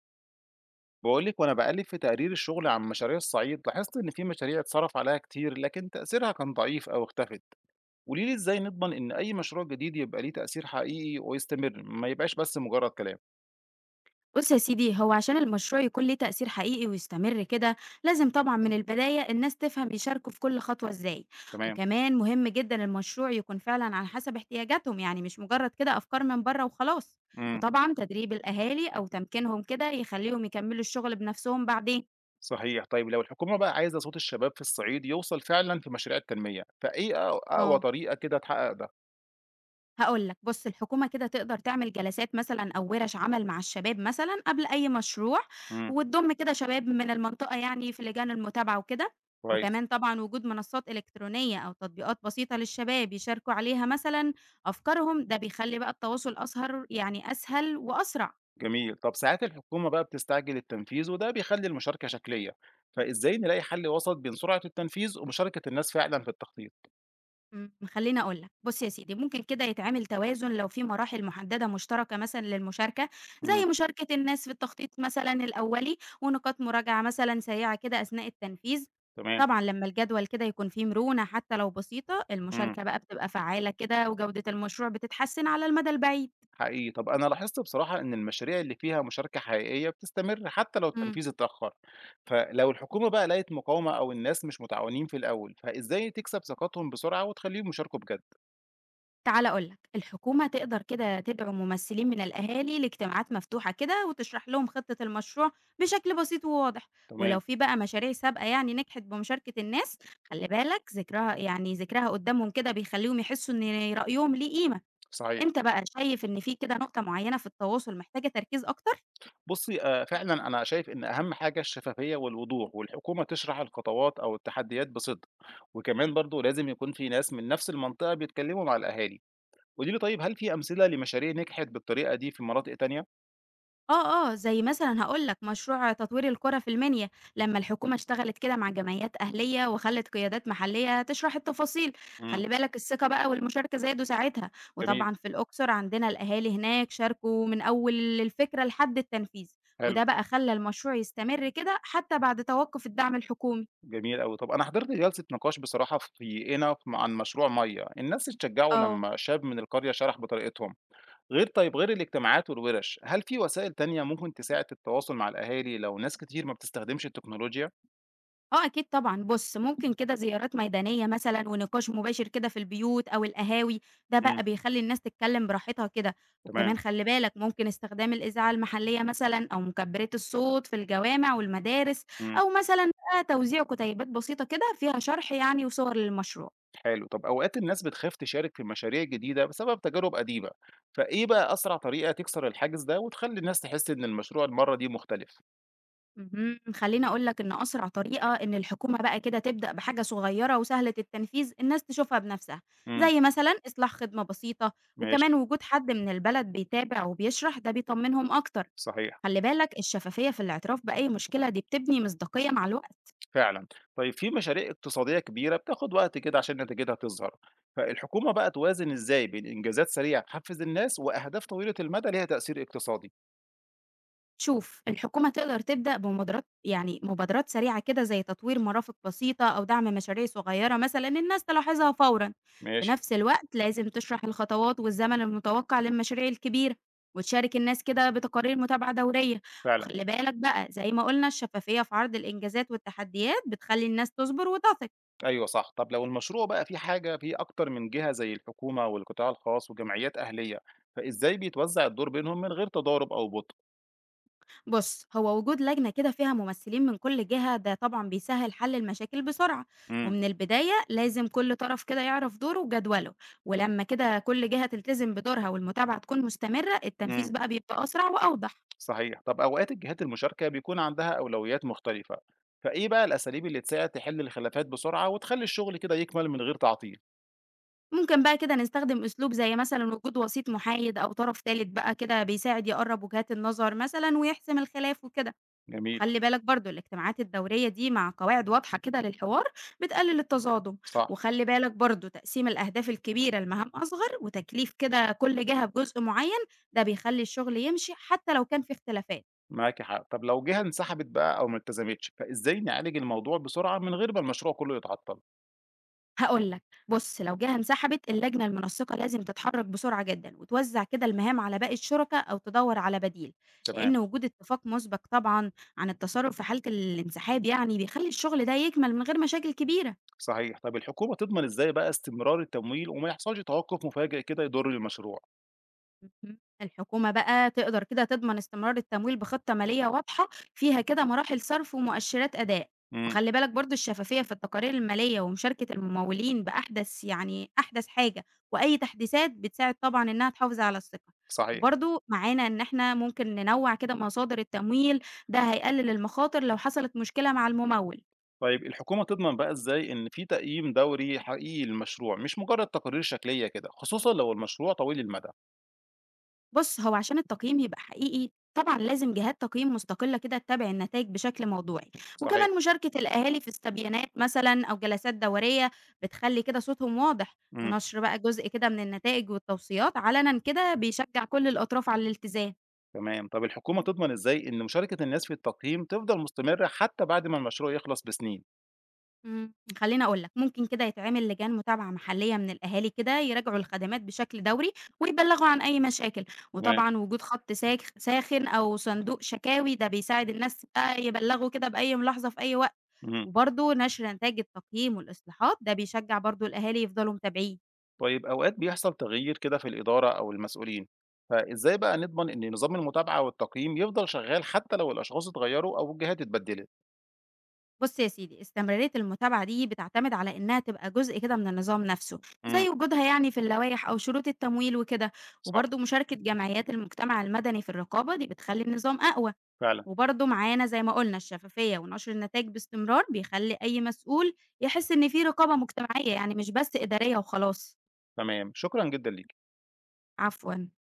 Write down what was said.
باقول لِك وأنا باقلِّب في تقارير الشغل عن مشاريع الصعيد، لاحظت إن في مشاريع اتصرف عليها كتير، لكن تأثيرها كان ضعيف أو اختفت. قولي لي إزاي نضمن إن أي مشروع جديد يبقى ليه تأثير حقيقي ويستمر، ما يبقاش بس مجرد كلام؟ بُص يا سيدي، هو عشان المشروع يكون ليه تأثير حقيقي ويستمر كده، لازم طبعًا من البداية الناس تفهم يشاركوا في كل خطوة إزاي، تمام، وكمان مهم جدًا المشروع يكون فعلًا على حسب احتياجاتهم، يعني مش مجرد كده أفكار من برّه وخلاص، إمم، وطبعًا تدريب الأهالي أو تمكينهم كده يخليهم يكمّلوا الشغل بنفسهم بعدين. صحيح. طيب لو الحكومة بقى عايزة صوت الشباب في الصعيد يوصل فعلًا في مشاريع التنمية، فإيه أقوى آه. طريقة كده تحقق ده؟ هاقول لك، بُص الحكومة كده تقدر تعمل جلسات مثلًا أو وِرَش عمل مع الشباب مثلًا قبل أي مشروع، إمم، وتضم كده شباب من المنطقة يعني في لجان المتابعة وكده، كويس، وكمان طبعًا وجود منصات إلكترونية أو تطبيقات بسيطة للشباب يشاركوا عليها مثلًا أفكارهم، ده بيخلّي بقى التواصل أسهر يعني أسهل وأسرع. جميل. طب ساعات الحكومة بقى بتستعجل التنفيذ وده بيخلّي المشاركة شكلية، فإزاي نلاقي حل وسط بين سرعة التنفيذ ومشاركة الناس فعلًا في التخطيط؟ خلّيني أقول لك، بُص يا سيدي ممكن كده يتعمل توازن لو في مراحل محددة مشتركة مثلًا للمشاركة، إمم. زي مشاركة الناس في التخطيط مثلًا الأولي، ونقاط مراجعة مثلًا سريعة كده أثناء التنفيذ، تمام، طبعًا لمّا الجدول كده يكون فيه مرونة حتى لو بسيطة، إمم، المشاركة بقى بتبقى فعّالة كده وجودة المشروع بتتحسن على المدى البعيد. حقيقي. طب أنا لاحظت بصراحة إن المشاريع اللي فيها مشاركة حقيقية بتستمر حتى لو إمم. التنفيذ اتأخر، فلو الحكومة بقى لقيت مقاومة أو الناس مش متعاونين في الأول، فإزاي تكسب ثقتهم بسرعة وتخليهم يشاركوا بجد؟ تعالَ أقول لك، الحكومة تقدر كده تدعو ممثلين من الأهالي لاجتماعات مفتوحة كده، وتشرح لهم خطة المشروع بشكل بسيط وواضح، ولو تمام، في بقى مشاريع سابقة يعني نجحت بمشاركة الناس، خلّي بالك ذكرها قدّامهم كده بيخلّيهم يحسّوا إن رأيهم ليه قيمة، صحيح. أنت بقى شايف إن في كده نقطة معيّنة في التواصل محتاجة تركيز أكتر؟ بُصّي، فعلًا أنا شايف إن أهم حاجة الشفافية والوضوح، والحكومة تشرح الخطوات أو التحديات بصدق، وكمان برضه لازم يكون في ناس من نفس المنطقة بيتكلموا مع الأهالي. قولي لي طيب هل في أمثلة لمشاريع نجحت بالطريقة دي في مناطق تانية؟ آه، آه، زي مثلًا هاقول لك مشروع تطوير القرى في المنيا، لمّا الحكومة اشتغلت كده مع جمعيات أهلية وخلّت قيادات محلية تشرح التفاصيل، إمم، خلّي بالك الثقة بقى والمشاركة زادوا ساعتها، جميل، وطبعًا في الأقصر عندنا الأهالي هناك شاركوا من أول الفكرة لحد التنفيذ، حلو. وده بقى خلّى المشروع يستمر كده حتى بعد توقف الدعم الحكومي. جميل أوي. طب أنا حضرت جلسة نقاش بصراحة في قنا عن مشروع مَيّة، الناس اتشجّعوا آه. لمّا شاب من القرية شرح بطريقتهم. غير طيب غير الاجتماعات والورش، هل في وسائل تانية ممكن تساعد في التواصل مع الأهالي لو ناس كتير ما بتستخدمش التكنولوجيا؟ آه أكيد طبعًا، بُص ممكن كده زيارات ميدانية مثلًا ونقاش مباشر كده في البيوت أو القهاوي، ده إمم، بقى بيخلّي الناس تتكلّم براحتها كده، تمام، وكمان خلّي بالك ممكن استخدام الإذاعة المحلية مثلًا أو مكبّرات الصوت في الجوامع والمدارس، إمم، أو مثلًا بقى توزيع كُتيبات بسيطة كده فيها شرح يعني وصور للمشروع. حلو. طب أوقات الناس بتخاف تشارك في مشاريع جديدة بسبب تجارب قديمة، فإيه بقى أسرع طريقة تكسر الحاجز ده وتخلّي الناس تحس إن المشروع المرّة دي مختلف؟ خلّيني أقول لك إن أسرع طريقة إن الحكومة بقى كده تبدأ بحاجة صغيرة وسهلة التنفيذ الناس تشوفها بنفسها، إمم، زي مثلًا إصلاح خدمة بسيطة، ماشي، وكمان وجود حد من البلد بيتابع وبيشرح ده بيطمنهم أكتر، صحيح. خلّي بالك الشفافية في الاعتراف بأي مشكلة دي بتبني مصداقية مع الوقت. فعلًا. طيب في مشاريع اقتصادية كبيرة بتاخد وقت كده عشان نتيجتها تظهر، فالحكومة بقى توازن إزاي بين إنجازات سريعة تحفز الناس وأهداف طويلة المدى ليها تأثير اقتصادي؟ شوف الحكومة تقدر تبدأ بمبادرات يعني مبادرات سريعة كده زي تطوير مرافق بسيطة أو دعم مشاريع صغيرة مثلا الناس تلاحظها فورا. في ماشي، نفس الوقت لازم تشرح الخطوات والزمن المتوقع للمشاريع الكبيرة وتشارك الناس كده بتقارير متابعة دورية، فعلًا، وخلي بالك بقى زي ما قلنا الشفافية في عرض الإنجازات والتحديات بتخلي الناس تصبر وتثق. أيوه صح. طب لو المشروع بقى فيه حاجة فيه أكتر من جهة زي الحكومة والقطاع الخاص وجمعيات أهلية، فإزاي بيتوزع الدور بينهم من غير تضارب أو بُطء؟ بص هو وجود لجنة كده فيها ممثلين من كل جهة ده طبعا بيسهل حل المشاكل بسرعة، إمم، ومن البداية لازم كل طرف كده يعرف دوره وجدوله، ولما كده كل جهة تلتزم بدورها والمتابعة تكون مستمرة التنفيذ إمم، بقى بيبقى أسرع وأوضح. صحيح. طب أوقات الجهات المشاركة بيكون عندها أولويات مختلفة، فإيه بقى الأساليب اللي تساعد تحل الخلافات بسرعة وتخلي الشغل كده يكمل من غير تعطيل؟ ممكن بقى كده نستخدم أسلوب زي مثلا وجود وسيط محايد أو طرف ثالث بقى كده بيساعد يقرب وجهات النظر مثلا ويحسم الخلاف وكده، جميل. وخلّي بالك برضه الاجتماعات الدورية دي مع قواعد واضحة كده للحوار بتقلل التصادم، صح، وخلّي بالك برضه تقسيم الأهداف الكبيرة لمهام أصغر وتكليف كده كل جهة بجزء معين، ده بيخلّي الشغل يمشي حتى لو كان في اختلافات. معاكِ حق. طب لو جهة انسحبت بقى أو ما التزمتش، فإزاي نعالج الموضوع بسرعة من غير ما المشروع كله يتعطل؟ هاقول لك، بُص لو جهة انسحبت اللجنة المنسقة لازم تتحرك بسرعة جدًا وتوزع كده المهام على باقي الشركا أو تدوّر على بديل، تمام، لإن وجود اتفاق مسبق طبعًا عن التصرف في حالة الانسحاب يعني بيخلّي الشغل ده يكمل من غير مشاكل كبيرة. صحيح. طب الحكومة تضمن إزاي بقى استمرار التمويل وما يحصلش توقف مفاجئ كده يضر المشروع؟ اهم. الحكومة بقى تقدر كده تضمن استمرار التمويل بخطة مالية واضحة فيها كده مراحل صرف ومؤشرات أداء، إمم، وخلي بالك برضو الشفافية في التقارير المالية ومشاركة الممولين بأحدث يعني أحدث حاجة وأي تحديثات بتساعد طبعا إنها تحافظ على الثقة، صحيح. وبرضو معانا إن إحنا ممكن ننوع كده مصادر التمويل، ده هيقلل المخاطر لو حصلت مشكلة مع الممول. طيب الحكومة تضمن بقى إزاي إن في تقييم دوري حقيقي للمشروع، مش مجرد تقارير شكلية كده، خصوصًا لو المشروع طويل المدى؟ بُص، هو عشان التقييم يبقى حقيقي، طبعًا لازم جهات تقييم مستقلة كده تتابع النتايج بشكل موضوعي، صحيح، وكمان مشاركة الأهالي في استبيانات مثلًا أو جلسات دورية بتخلّي كده صوتهم واضح، إمم، ونشر بقى جزء كده من النتائج والتوصيات علنًا كده بيشجع كل الأطراف على الالتزام. تمام. طب الحكومة تضمن إزاي إن مشاركة الناس في التقييم تفضل مستمرة حتى بعد ما المشروع يخلص بسنين؟ إمم. خلّيني أقول لك، ممكن كده يتعمل لجان متابعة محلية من الأهالي كده يراجعوا الخدمات بشكل دوري ويبلغوا عن أي مشاكل، تمام، وطبعًا وجود خط ساخن أو صندوق شكاوي ده بيساعد الناس بقى يبلغوا كده بأي ملاحظة في أي وقت. إمم. وبرضه نشر نتائج التقييم والإصلاحات ده بيشجع برضه الأهالي يفضلوا متابعين. طيب أوقات بيحصل تغيير كده في الإدارة أو المسؤولين، فإزاي بقى نضمن إن نظام المتابعة والتقييم يفضل شغال حتى لو الأشخاص اتغيروا أو الجهات اتبدلت؟ بص يا سيدي استمرارية المتابعة دي بتعتمد على إنها تبقى جزء كده من النظام نفسه، امم، زي وجودها يعني في اللوائح أو شروط التمويل وكده، صح، وبرضه مشاركة جمعيات المجتمع المدني في الرقابة دي بتخلي النظام أقوى، فعلا، وبرضه معانا زي ما قلنا الشفافية ونشر النتائج باستمرار بيخلي أي مسؤول يحس إن في رقابة مجتمعية يعني مش بس إدارية وخلاص. تمام. شكرا جدا ليك. عفواً.